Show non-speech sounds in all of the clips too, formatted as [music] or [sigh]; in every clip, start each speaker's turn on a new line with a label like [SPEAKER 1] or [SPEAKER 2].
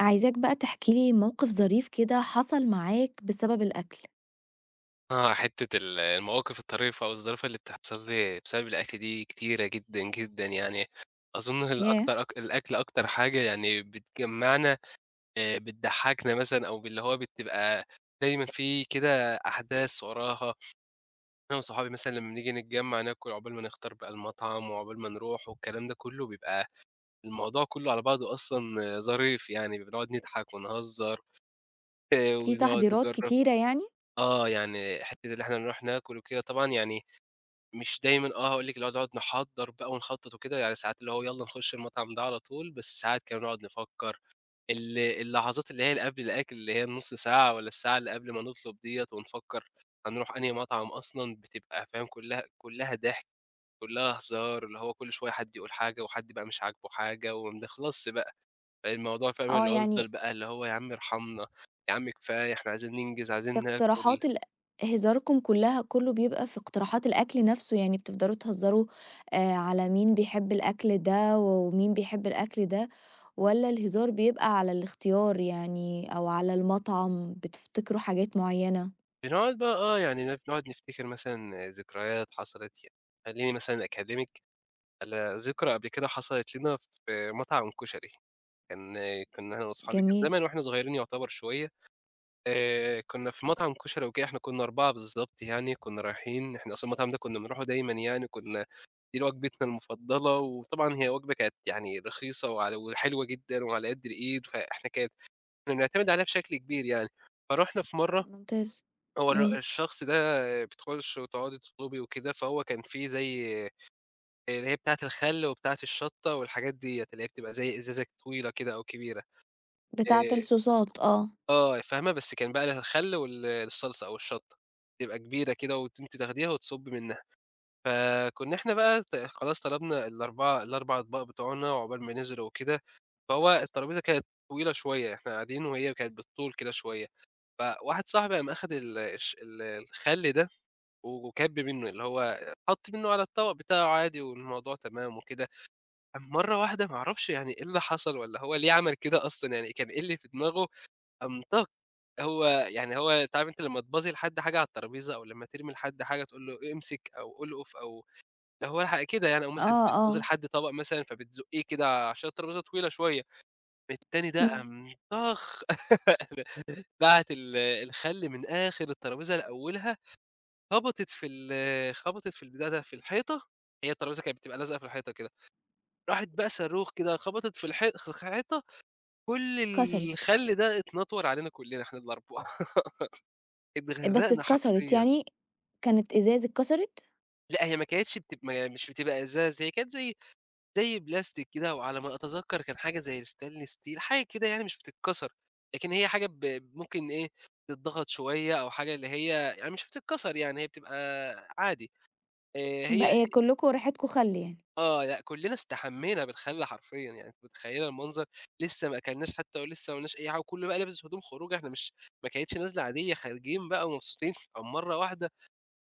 [SPEAKER 1] عايزاك بقى تحكي لي موقف ظريف كده حصل معاك بسبب الأكل.
[SPEAKER 2] حتّة المواقف الطريفة أو الظريفة اللي بتحصل لي بسبب الأكل دي كتيرة جدًا، جدًا يعني. أظن
[SPEAKER 1] ياه!
[SPEAKER 2] الأكتر الأكل أكتر حاجة يعني بتجمّعنا بتضحّكنا مثلًا أو باللي هو بتبقى دايمًا في كده أحداث وراها. أنا وصحابي مثلًا لمّا نيجي نتجمّع ناكل، عقبال ما نختار بقى المطعم وعقبال ما نروح والكلام ده كلّه، بيبقى الموضوع كلّه على بعضه أصلًا آه، ظريف يعني، بنقعد نضحك ونهزّر [laughs]
[SPEAKER 1] في
[SPEAKER 2] ونقعد
[SPEAKER 1] تحضيرات
[SPEAKER 2] نجرّب
[SPEAKER 1] كتيرة يعني
[SPEAKER 2] يعني حتّة اللي إحنا نروح ناكل وكده طبعًا يعني مش دايمًا آه، هاقول لِك اللي هو نقعد نحضّر بقى ونخطّط وكده، يعني ساعات اللي هو يالّا نخش المطعم ده على طول، بس ساعات كده نقعد نفكّر، اللحظات اللي هي اللي قبل الأكل اللي هي النُص ساعة والّا الساعة اللي قبل ما نطلب ديّة ونفكّر هنروح أنهي مطعم أصلًا، بتبقى فاهم كلّها كلّها ضحك، كلّها هزار، اللي هو كل شوية حد يقول حاجة وحد بقى مش عاجبه حاجة وما بنخلصش بقى، فالموضوع فاهمة
[SPEAKER 1] آه،
[SPEAKER 2] اللي هو بيفضل
[SPEAKER 1] يعني
[SPEAKER 2] بقى اللي هو يا عم ارحمنا، يا عم كفاية إحنا عايزين ننجز،
[SPEAKER 1] في
[SPEAKER 2] عايزين ناكل.
[SPEAKER 1] اقتراحات هزاركم كلها كله بيبقى في اقتراحات الأكل نفسه، يعني بتفضلوا تهزروا على مين بيحب الأكل ده ومين بيحب الأكل ده، والّا الهزار بيبقى على الاختيار يعني أو على المطعم بتفتكروا حاجات معينة؟
[SPEAKER 2] بنقعد بقى آه، يعني ن بنقعد نفتكر مثلًا ذكريات حصلت يعني خلّيني مثلًا أكلّمِك على ذكرى قبل كده حصلت لنا في مطعم كشري، كان كنا أنا وأصحابي كان
[SPEAKER 1] جميل،
[SPEAKER 2] زمان وإحنا صغيرين يعتبر شوية، كنا في مطعم كشري وكده إحنا كنا 4 بالضبط يعني، كنا رايحين إحنا أصلًا المطعم ده كنا بنروحه دايمًا يعني، كنا دي وجبتنا المفضلة، وطبعًا هي وجبة كانت يعني رخيصة وعلى وحلوة جدًا وعلى قد الإيد، فإحنا كانت كنا بنعتمد عليها بشكل كبير يعني، فرُحنا في مرة
[SPEAKER 1] ممتاز.
[SPEAKER 2] هو
[SPEAKER 1] إمم،
[SPEAKER 2] الشخص ده بتخشي وتقعدي تطلبي وكده، فهو كان في زي اللي هي بتاعة الخل وبتاعة الشطة والحاجات ديّة، اللي هي بتبقى زي إزازة طويلة كده أو كبيرة،
[SPEAKER 1] بتاعة
[SPEAKER 2] آآ
[SPEAKER 1] الصوصات آه،
[SPEAKER 2] فاهمة، بس كان بقى الخل وال الصلصة أو الشطة، تبقى كبيرة كده أنتِ تاخديها وتصُبّي منها، فكنا إحنا بقى خلاص طلبنا ال4 أطباق بتوعنا وعقبال ما نزلوا وكده، فهو الترابيزة كانت طويلة شوية، إحنا قاعدين وهي كانت بالطول كده شوية، فواحد صاحبي قام أخد ال الش ال الخل ده وكَب منّه، اللي هو حَط منّه على الطبق بتاعه عادي والموضوع تمام وكده، قام مرّة واحدة ما أعرفش يعني إيه اللي حصل والّا هو ليه عمل كده أصلًا، يعني كان إيه اللي في دماغه، قام طَق هو يعني هو أنت عارف أنت لمّا تبازي لحد حاجة على الترابيزة أو لمّا ترمي لحد حاجة تقول له إيه امسك أو ألقُف أو اللي هو الح كده يعني، أو مثلًا
[SPEAKER 1] آه،
[SPEAKER 2] بتبازي
[SPEAKER 1] آه،
[SPEAKER 2] لحد طبق مثلًا فبتزُقّيه كده عشان الترابيزة طويلة شوية، التاني ده
[SPEAKER 1] إمم،
[SPEAKER 2] قام طَخ [laughs] بعت الخَل من آخر الترابيزة لأولها خبطت في البتاع ده، في الحيطة، هي الترابيزة كانت بتبقى لازقة في الحيطة كده، راحت بقى صاروخ كده خبطت في الحيطة، كل
[SPEAKER 1] كسرت.
[SPEAKER 2] الخَل ده اتنطوَر علينا كلّنا إحنا ال4 [laughs]
[SPEAKER 1] بس
[SPEAKER 2] اتغرّقنا
[SPEAKER 1] اتكسرت
[SPEAKER 2] حرفيًا.
[SPEAKER 1] يعني، كانت إزاز اتكسرت،
[SPEAKER 2] لأ هي ما كانتش بتب ما مش بتبقى إزاز، هي كانت زي زي بلاستيك كده، وعلى ما أتذكّر كان حاجة زي الstainless steel حاجة كده يعني مش بتتكسر، لكن هي حاجة ممكن إيه، تتضغط شوية أو حاجة اللي هي يعني مش بتتكسر يعني، هي بتبقى عادي. هي
[SPEAKER 1] بقى كلّكم ريحتكم خَل يعني،
[SPEAKER 2] آه، لأ كُلّنا استحمّينا بالخَل حرفيًا، يعني أنتِ متخيّلة المنظر؟ لسه ما أكلناش حتى ولسه ما قلناش أي حاجة وكُلّه بقى لابس هدوم خروج، إحنا مش ما كانتش نازلة عادية، خارجين بقى ومبسوطين، قام مرّة واحدة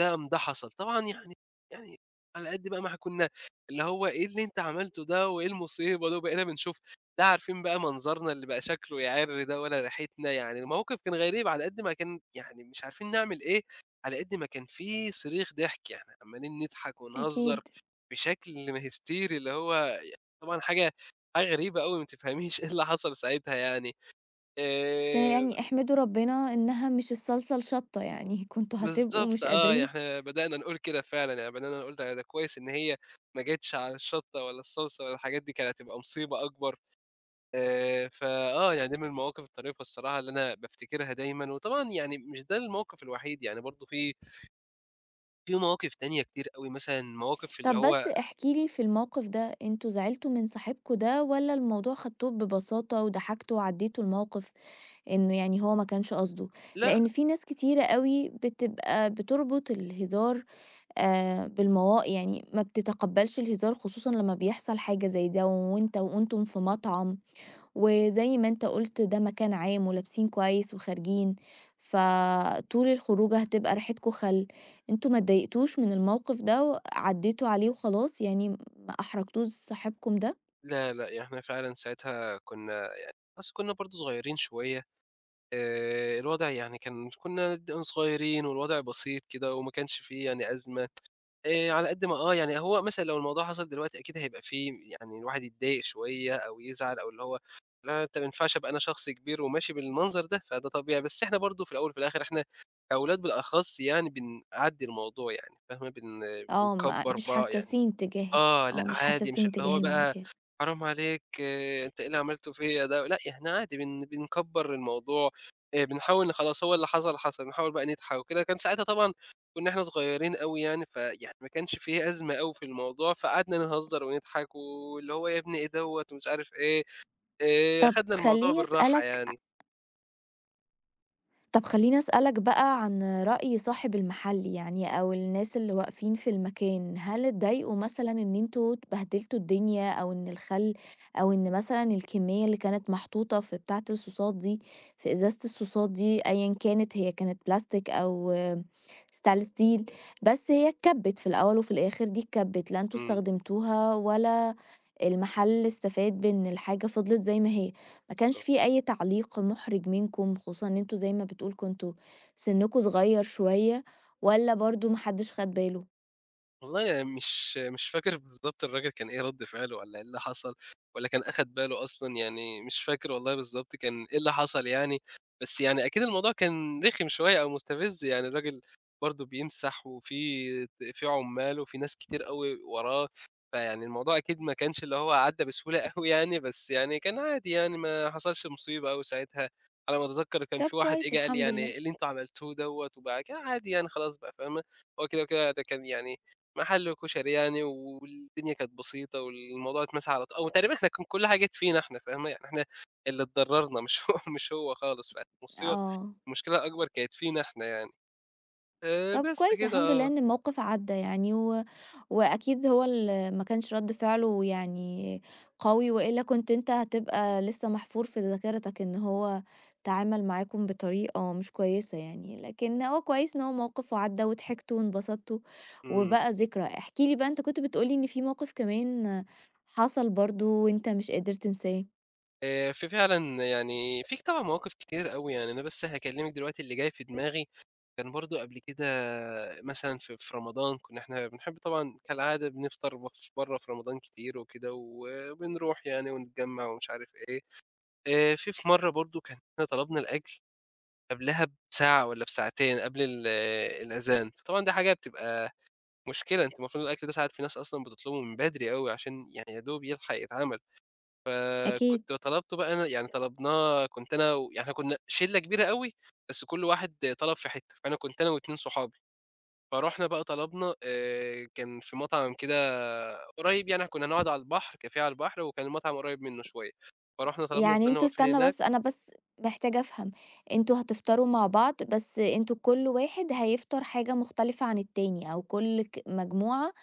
[SPEAKER 2] ده حصل. طبعًا يعني يعني على قد بقى ما إحنا كنا اللي هو إيه اللي أنت عملته ده وإيه المصيبة ده، وبقينا بنشوف لا عارفين بقى منظرنا اللي بقى شكله يعِر ده ولا ريحتنا، يعني الموقف كان غريب على قد ما كان يعني مش عارفين نعمل إيه، على قد ما كان في صريخ ضحك، يعني عمّالين نضحك ونهزر
[SPEAKER 1] أكيد،
[SPEAKER 2] بشكل ما هيستيري اللي هو ي طبعًا حاجة غريبة أوي ما تفهميش إيه اللي حصل ساعتها يعني.
[SPEAKER 1] بس
[SPEAKER 2] آآ
[SPEAKER 1] يعني احمدوا ربنا إنها مش الصلصة الشطّة يعني، [laughs] كنتم هتبقوا
[SPEAKER 2] بالضبط
[SPEAKER 1] مش
[SPEAKER 2] آه، يعني
[SPEAKER 1] قادرين
[SPEAKER 2] إحنا بدأنا نقول كده فعلًا، يعني بدأنا نقول ده ده كويس إن هي ما جاتش على الشطة ولا الصلصة ولا الحاجات دي، كانت هتبقى مصيبة أكبر. فآه، يعني دي من المواقف الطريفة الصراحة اللي أنا بافتكرها دايمًا، وطبعًا يعني مش ده الموقف الوحيد، يعني برضه في في مواقف تانية كتير أوي، مثلًا مواقف اللي
[SPEAKER 1] طب بس
[SPEAKER 2] هو
[SPEAKER 1] احكِ لي في الموقف ده، أنتم زعلتوا من صاحبكم ده والّا الموضوع خدتوه ببساطة وضحكتوا وعدّيتوا الموقف، إنه يعني هو ما كانش قصده؟
[SPEAKER 2] لأ،
[SPEAKER 1] لإن في ناس كتيرة أوي بتبقى بتربط الهزار بالموا يعني ما بتتقبّلش الهزار خصوصًا لمّا بيحصل حاجة زي ده وأنت وأنتم في مطعم وزي ما أنت قُلت ده مكان عام ولابسين كويس وخارجين، فطول الخروجة هتبقى ريحتكم خَل، أنتم ما اتضايقتوش من الموقف ده وعدّيتوا عليه وخلاص، يعني ما أحرجتوش صاحبكم ده؟
[SPEAKER 2] لا، لأ، يعني إحنا فعلًا ساعتها كنا يعني أصل كنا برضه صغيرين شوية، الوضع يعني كان كنا صغيرين والوضع بسيط كده وما كانش في يعني أزمة. على قد ما آه، يعني هو مثلًا لو الموضوع حصل دلوقتي أكيد هيبقى في يعني الواحد يتضايق شوية أو يزعل أو اللي هو لا أنت ما ينفعش أبقى أنا شخص كبير وماشي بالمنظر ده، فده طبيعي، بس إحنا برضه في الأول وفي الآخر إحنا كأولاد بالأخص يعني بنعدّي الموضوع يعني فاهمة،
[SPEAKER 1] آه، ما
[SPEAKER 2] بنكبّر
[SPEAKER 1] مش
[SPEAKER 2] يعني
[SPEAKER 1] حساسين تجاه ال
[SPEAKER 2] آه، لأ
[SPEAKER 1] آه، مش
[SPEAKER 2] عادي، مش
[SPEAKER 1] حساسين
[SPEAKER 2] اللي
[SPEAKER 1] تجاه
[SPEAKER 2] هو بقى
[SPEAKER 1] المواضيع. دي.
[SPEAKER 2] حرام عليك أنت إيه اللي عملته فيّا ده، لأ إحنا عادي بنكبّر الموضوع، بنحاول إن خلاص هو اللي حصل، حصل، بنحاول بقى نضحك وكده، كان ساعتها طبعًا كُنّا إحنا صغيّرين أوي يعني، فيعني ما كانش في أزمة أوي في الموضوع، فقعدنا نهزّر ونضحك واللي هو يا ابني إيه دوّة ومش عارف إيه،
[SPEAKER 1] طَب
[SPEAKER 2] أخدنا الموضوع
[SPEAKER 1] خلّيني
[SPEAKER 2] بالراحة
[SPEAKER 1] أسألك
[SPEAKER 2] يعني.
[SPEAKER 1] طب خلّيني أسألك بقى عن رأي صاحب المحل يعني أو الناس اللي واقفين في المكان، هل اتضايقوا مثلًا إن أنتم بهدلتوا الدنيا أو إن الخل أو إن مثلًا الكمية اللي كانت محطوطة في بتاعة الصوصات دي في إزازة الصوصات دي أيًا كانت هي كانت بلاستيك أو stainless steel بس هي اتكبِّت في الأول وفي الآخر دي اتكبِّت، لا أنتم
[SPEAKER 2] إمم.
[SPEAKER 1] استخدمتوها ولا المحل استفاد بإن الحاجة فضلت زي ما هي، ما كانش
[SPEAKER 2] بالضبط.
[SPEAKER 1] في أي تعليق مُحرِج منكم، خصوصًا إن أنتم زي ما بتقول كنتم سنكم صغير شوية والّا برضه ما حدش خد باله؟
[SPEAKER 2] والله يعني مش فاكر بالضبط الراجل كان إيه رَد فعله والّا إيه اللي حصل والّا كان أخَد باله أصلًا، يعني مش فاكر والله بالضبط كان إيه اللي حصل يعني، بس يعني أكيد الموضوع كان رخم شوية أو مستفِز، يعني الراجل برضه بيمسح وفي في عُمّال وفي ناس كتير أوي وراه، فيعني الموضوع أكيد ما كانش اللي هو عدّى بسهولة [laughs] أوي يعني، بس يعني كان عادي يعني ما حصلش مصيبة أوي ساعتها، على ما أتذكّر كان
[SPEAKER 1] طب
[SPEAKER 2] في واحد
[SPEAKER 1] كويس
[SPEAKER 2] إجا قال لي
[SPEAKER 1] الحمد
[SPEAKER 2] يعني:
[SPEAKER 1] لله.
[SPEAKER 2] إيه "اللي أنتم عملتوه دوّة" وبعد كده عادي يعني خلاص بقى فاهمة، هو كده وكده ده كان يعني محل كشري يعني والدنيا كانت بسيطة والموضوع اتمسح على طو أو تقريبًا إحنا كان كل حاجة جات فينا إحنا فاهمة، يعني إحنا اللي اتضررنا مش هو [laughs] مش هو خالص، فالمصيبة
[SPEAKER 1] آه.
[SPEAKER 2] المشكلة الأكبر كانت فينا إحنا يعني.
[SPEAKER 1] طب
[SPEAKER 2] بس
[SPEAKER 1] كويس
[SPEAKER 2] كده
[SPEAKER 1] الحمد لله
[SPEAKER 2] آه،
[SPEAKER 1] إن الموقف عدّى يعني وأكيد هو ما كانش رَد فعله يعني قوي وإلا كنت أنت هتبقى لسه محفور في ذاكرتك إن هو تعامل معاكم بطريقة مش كويسة يعني، لكن هو كويس إن هو موقف وعدّى وضحكتوا وانبسطتوا
[SPEAKER 2] إمم.
[SPEAKER 1] وبقى ذكرى. احكِ لي بقى أنت كنت بتقول لي إن في موقف كمان حصل برضه وأنت مش قادر تنساه.
[SPEAKER 2] ففعلًا يعني في طبعًا مواقف كتير أوي يعني، أنا بس هاكلمِك دلوقتي اللي جاي في دماغي، كان برضه قبل كده مثلًا في رمضان كنا إحنا بنحب طبعًا كالعادة بنفطر ف برّه في رمضان كتير وكده، وبنروح يعني ونتجمّع ومش عارف إيه. في مرّة برضه كان إحنا طلبنا الأكل قبلها بساعة والّا بساعتين قبل ال آه، الأذان، فطبعًا دي حاجة بتبقى مشكلة، أنت المفروض الأكل ده ساعات في ناس أصلًا بتطلبه من بدري أوي عشان يعني يا دوب يلحق يتعمل،
[SPEAKER 1] أكيد.
[SPEAKER 2] فكنت طلبته بقى أنا يعني طلبناه كنت أنا و يعني إحنا كنا شِلّة كبيرة أوي، بس كل واحد طلب في حتّة، فأنا كنت أنا و2 صحابي، فرُحنا بقى طلبنا كان في مطعم كده قريب يعني كنا هنقعد على البحر، كافيه على البحر وكان المطعم قريب منه شوية، فرُحنا طلبنا
[SPEAKER 1] يعني
[SPEAKER 2] وفضلنا
[SPEAKER 1] أنتم
[SPEAKER 2] واقفين
[SPEAKER 1] استنى
[SPEAKER 2] هناك
[SPEAKER 1] بس أنا بس محتاجة أفهم، أنتم هتفطروا مع بعض بس أنتم كل واحد هيفطر حاجة مختلفة عن التاني، أو كل مجموعة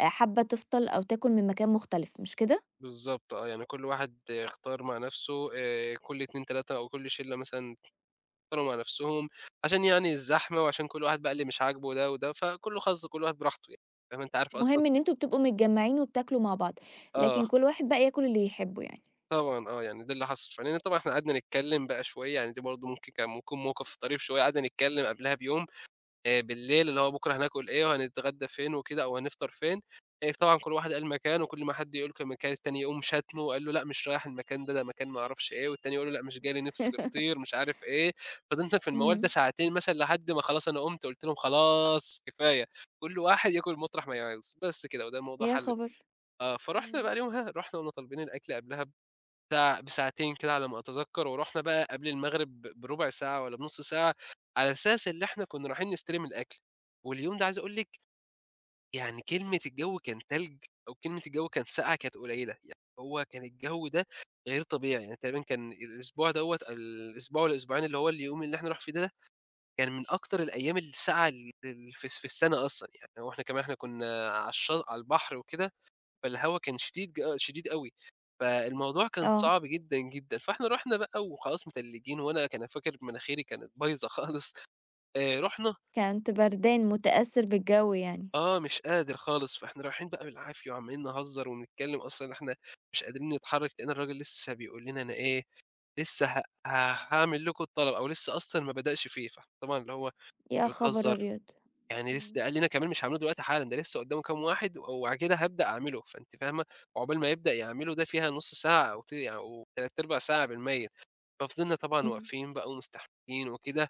[SPEAKER 1] حابة تفطر أو تاكل من مكان مختلف مش كده؟
[SPEAKER 2] بالضبط آه، يعني كل واحد اختار مع نفسه كل 2، 3 أو كل شلة مثلًا اختاروا مع نفسهم، عشان يعني الزحمة وعشان كل واحد بقى اللي مش عاجبه ده وده، فكله خاص كل واحد براحته يعني، فاهم أنت عارف أصلًا
[SPEAKER 1] المهم إن أنتم بتبقوا متجمعين وبتاكلوا مع بعض،
[SPEAKER 2] آه،
[SPEAKER 1] لكن كل واحد بقى ياكل اللي يحبه يعني.
[SPEAKER 2] طبعًا آه، يعني ده اللي حصل، فلإن طبعًا إحنا قعدنا نتكلم بقى شوية، يعني دي برضه ممكن كان ممكن موقف طريف شوية، قعدنا نتكلم قبلها بيوم بالليل، اللي هو بُكرة هناكل إيه وهنتغدى فين وكده أو هنفطر فين، طبعًا كل واحد قال مكان، وكل ما حد يقول مكان التاني يقوم شاتمه وقال له: "لأ مش رايح المكان ده، ده مكان ما أعرفش إيه." والتاني يقول له: "لأ مش جاي لي نفسي الفطير."
[SPEAKER 1] [laughs]
[SPEAKER 2] مش عارف إيه، فضلنا في الموال ده
[SPEAKER 1] إمم،
[SPEAKER 2] ساعتين مثلًا لحد ما خلاص أنا قُمت قُلت لهم: "خلاص كفاية، كل واحد ياكل مطرح ما يعوز." بس كده، وده الموضوع
[SPEAKER 1] يا
[SPEAKER 2] حَل.
[SPEAKER 1] خبر!
[SPEAKER 2] آه، فرُحنا
[SPEAKER 1] إمم،
[SPEAKER 2] بقى اليومها، رُحنا قمنا طالبين الأكل قبلها ساعة بساعتين كده على ما أتذكّر، ورُحنا بقى قبل المغرب بربع ساعة والّا بنُص ساعة، على أساس اللي إحنا كنّا رايحين نستلم الأكل، واليوم ده عايز أقول لِك يعني كلمة الجو كان تلج أو كلمة الجو كان ساقعة كانت قليّلة، يعني هو كان الجو ده غير طبيعي، يعني تقريبًا كان الأسبوع دوّة الأسبوع والّا الأسبوعين اللي هو اليوم اللي إحنا رايح فيه ده، كان من أكتر الأيام الساقعة ال ال في الس في السنة أصلًا، يعني هو إحنا كمان إحنا كنّا على البحر وكده، فالهوا كان شديد أوي، فالموضوع كان
[SPEAKER 1] آه،
[SPEAKER 2] صعب جدًا، جدًا، فإحنا رُحنا بقى وخلاص متلجين وأنا كان فاكر مناخيري كانت بايظة خالص، رُحنا
[SPEAKER 1] كنت بردان متأثر بالجو يعني،
[SPEAKER 2] آه، مش قادر خالص، فإحنا رايحين بقى بالعافية وعمالين نهزر ونتكلم أصلًا إحنا مش قادرين نتحرك، لقينا الراجل لسه بيقول لنا أنا إيه، لسه ه ه هاعمل لكم الطلب أو لسه أصلًا ما بدأش فيه، فإحنا طبعًا اللي هو
[SPEAKER 1] يا
[SPEAKER 2] أنت
[SPEAKER 1] خبر
[SPEAKER 2] بتهزر!
[SPEAKER 1] أبيض!
[SPEAKER 2] يعني لسه
[SPEAKER 1] إمم،
[SPEAKER 2] ده قال لي أنا كمان مش هاعمله دلوقتي حالًا، ده لسه قدّامه كام واحد وبعد كده هابدأ أعمله، فأنتِ فاهمة، وعقبال ما يبدأ يعمله ده فيها نُص ساعة أو ت يعني أو 3/4 ساعة بالمَيّت، ففضلنا طبعًا
[SPEAKER 1] إمم،
[SPEAKER 2] واقفين بقى ومستحملين وكده،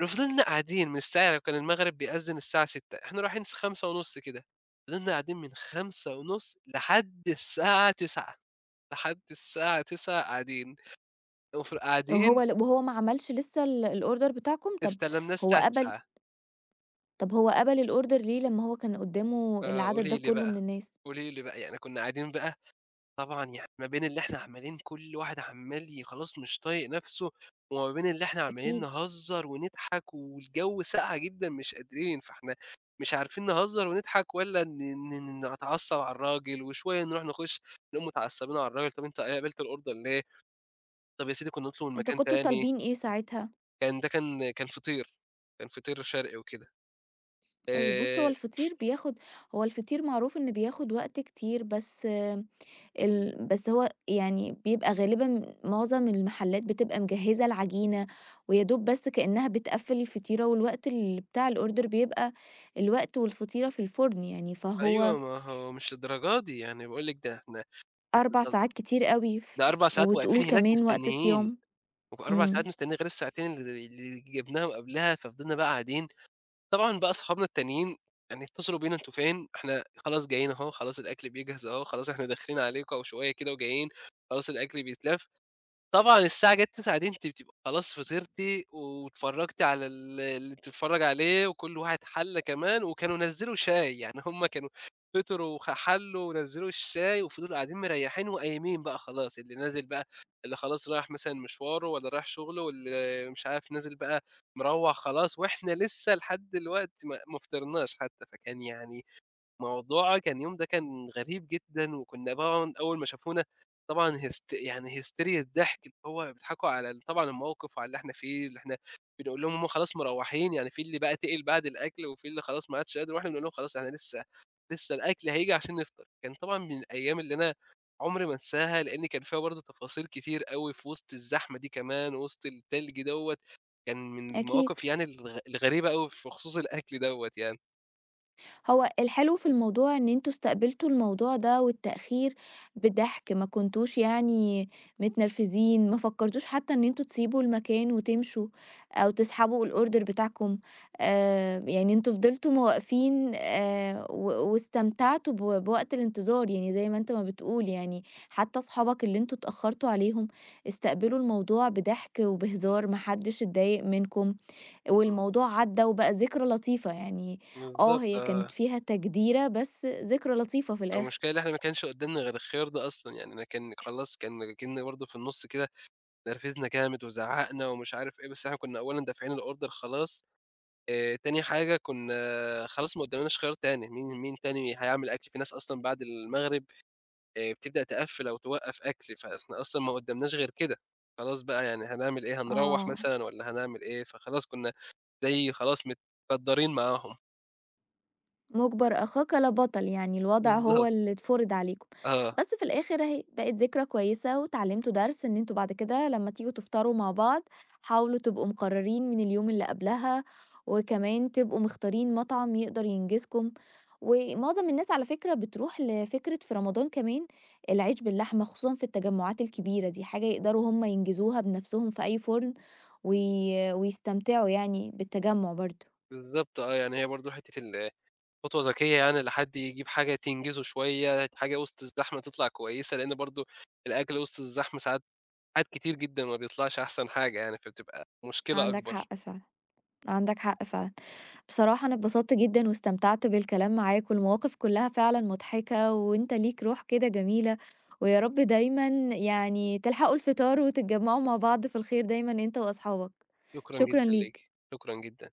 [SPEAKER 2] فضلنا قاعدين من الساعة لو كان المغرب بيأذّن الساعة 18:00 إحنا رايحين 17:30 كده، فضلنا قاعدين من 17:30 لحد الساعة 21:00 لحد الساعة 21:00 قاعدين، قاعدين
[SPEAKER 1] وهو ما عملش لسه الorder بتاعكم؟
[SPEAKER 2] استلمناه
[SPEAKER 1] هو
[SPEAKER 2] الساعة
[SPEAKER 1] قبل
[SPEAKER 2] 21:00
[SPEAKER 1] طب هو قبل الorder ليه لمّا هو كان قدّامه العدد ده
[SPEAKER 2] فقولي لي
[SPEAKER 1] كلّه
[SPEAKER 2] بقى،
[SPEAKER 1] من الناس؟
[SPEAKER 2] قولي لي بقى، يعني كنا قاعدين بقى طبعًا يعني ما بين اللي إحنا عمّالين كل واحد عمّال خلاص مش طايق نَفْسه، وما بين اللي إحنا عمّالين
[SPEAKER 1] أكيد.
[SPEAKER 2] نهزّر ونضحك والجو ساقعة جدًا مش قادرين، فإحنا مش عارفين نهزّر ونضحك والّا ن ن ن نتعصّب على الراجل، وشوية نروح نخُش نقوم متعصّبين على الراجل، "طَب أنت قبلت الorder ليه؟ طَب يا سيدي كنّا نطلب من
[SPEAKER 1] أنتوا
[SPEAKER 2] مكان
[SPEAKER 1] كنتوا
[SPEAKER 2] تاني."
[SPEAKER 1] طالبين إيه ساعتها؟
[SPEAKER 2] كان ده كان كان فطير، كان فطير شرقي وكده.
[SPEAKER 1] بُص
[SPEAKER 2] آآ
[SPEAKER 1] هو الفطير بياخد هو الفطير معروف إن بياخد وقت كتير، بس آه، بس هو يعني بيبقى غالبًا معظم المحلات بتبقى مجهّزة العجينة، ويا دوب بس كإنّها بتقفّل الفطيرة، والوقت بتاع الorder بيبقى الوقت والفطيرة في الفُرن يعني، فهو
[SPEAKER 2] أيوه، ما هو مش للدرجة دي، يعني باقول لك ده إحنا
[SPEAKER 1] 4 ساعات كتير أوي، ف
[SPEAKER 2] ده 4 ساعات واقفين
[SPEAKER 1] وبتقول
[SPEAKER 2] هناك
[SPEAKER 1] كمان وقت
[SPEAKER 2] مستنيين.
[SPEAKER 1] صيام.
[SPEAKER 2] و4 ساعات
[SPEAKER 1] إمم،
[SPEAKER 2] مستنيين غير الساعتين اللي اللي جبناهم قبلها، ففضلنا بقى قاعدين. طبعًا بقى أصحابنا التانيين يعني اتصلوا بينا "أنتم فين؟ إحنا خلاص جايين أهو، خلاص الأكل بيجهز أهو، خلاص إحنا داخلين عليكم أهو شوية كده وجايين، خلاص الأكل بيتلَّف." طبعًا الساعة جات 21:00 دي أنتِ بتبقى خلاص فطرتِ واتفرّجتِ على ال اللي بتتفرّج عليه وكل واحد حَلّة كمان وكانوا نزّلوا شاي، يعني هم كانوا فطروا حلّوا ونزّلوا الشاي وفضلوا قاعدين مريّحين وقايمين بقى خلاص، اللي نازل بقى اللي خلاص رايح مثلًا مشواره والّا رايح شُغله واللي مش عارف نازل بقى مروّح خلاص وإحنا لسه لحد دلوقتي ما فطرناش حتّى، فكان يعني موضوعها كان اليوم ده كان غريب جدًا، وكنا طبعًا أول ما شافونا طبعًا هستيريا الضحك، اللي هو بيضحكوا على ال طبعًا الموقف وعلى اللي إحنا فيه، اللي إحنا بنقول لهم هم خلاص مروّحين، يعني في اللي بقى تقِل بعد الأكل، وفي اللي خلاص ما عادش قادر، وإحنا بنقول لهم خلاص إحنا لسه الأكل هييجي عشان نفطر. كان طبعًا من الأيام اللي أنا عمري ما أنساها، لإن كان فيها برضه تفاصيل كتير أوي في وسط الزحمة دي كمان، وسط التلج دوّة، كان من
[SPEAKER 1] أكيد.
[SPEAKER 2] المواقف يعني الغريبة أوي في خصوص الأكل دوّة يعني.
[SPEAKER 1] هو الحلو في الموضوع إن أنتم استقبلتوا الموضوع ده والتأخير بضحك، ما كنتوش يعني متنرفزين، ما فكرتوش حتى إن أنتم تسيبوا المكان وتمشوا أو تسحبوا الأوردر بتاعكم، يعني أنتم فضلتم واقفين و واستمتعتوا بوقت الانتظار، يعني زي ما أنت ما بتقول يعني حتى أصحابك اللي أنتم اتأخرتوا عليهم استقبلوا الموضوع بضحك وبهزار، ما حدش اتضايق منكم. والموضوع عدّى وبقى ذكرى لطيفة، يعني آه،
[SPEAKER 2] بالضبط
[SPEAKER 1] هي كانت
[SPEAKER 2] آه.
[SPEAKER 1] فيها تجديرة بس ذكرى لطيفة في الآخر.
[SPEAKER 2] المشكلة إن إحنا ما كانش قدّامنا غير الخيار ده أصلًا، يعني أنا كان خلاص كان كأن برضه في النُص كده نرفزنا جامد وزعّقنا ومش عارف إيه، بس إحنا كنا أولًا دافعين الorder خلاص، تاني حاجة كنا خلاص ما قدّامناش خيار تاني، مين تاني هيعمل أكل؟ في ناس أصلًا بعد المغرب بتبدأ تقفّل أو توقّف أكل، فإحنا أصلًا ما قدّامناش غير كده، خلاص بقى يعني هنعمل إيه، هنروّح
[SPEAKER 1] آه.
[SPEAKER 2] مثلًا والّا هنعمل إيه؟ فخلاص كنا زي خلاص متقدّرين معاهم.
[SPEAKER 1] مُجبر أخاك لا بطل، يعني الوضع هو
[SPEAKER 2] بالضبط،
[SPEAKER 1] اللي اتفرض عليكم،
[SPEAKER 2] آه،
[SPEAKER 1] بس في الآخر أهي بقت ذكرى كويسة واتعلمتوا درس إن أنتم بعد كده لمّا تيجوا تفطروا مع بعض حاولوا تبقوا مقررين من اليوم اللي قبلها، وكمان تبقوا مختارين مطعم يقدر ينجزكم، ومعظم الناس على فكرة بتروح لفكرة في رمضان كمان العيش باللحمة خصوصًا في التجمعات الكبيرة دي، حاجة يقدروا هُم ينجزوها بنفسهم في أي فرن وي ويستمتعوا يعني بالتجمع برضه،
[SPEAKER 2] بالضبط آه، يعني هي برضه حتّة ال خطوة ذكية يعني لحد يجيب حاجة تنجزه شوية، حاجة وسط الزحمة تطلع كويسة، لإن برضه الأكل وسط الزحمة ساعات كتير جدًا ما بيطلعش أحسن حاجة يعني، فبتبقى مشكلة
[SPEAKER 1] عندك
[SPEAKER 2] أكبر.
[SPEAKER 1] حق فعلًا. عندك حق فعلًا. بصراحة أنا اتبسطت جدًا واستمتعت بالكلام معاك، والمواقف كلها فعلًا مضحكة، وأنت ليك روح كده جميلة، ويا رب دايمًا يعني تلحقوا الفطار وتتجمعوا مع بعض في الخير دايمًا أنت وأصحابك.
[SPEAKER 2] شكرًا
[SPEAKER 1] شكرًا
[SPEAKER 2] جدًا ليكِ،
[SPEAKER 1] ليك.
[SPEAKER 2] شكرًا جدًا.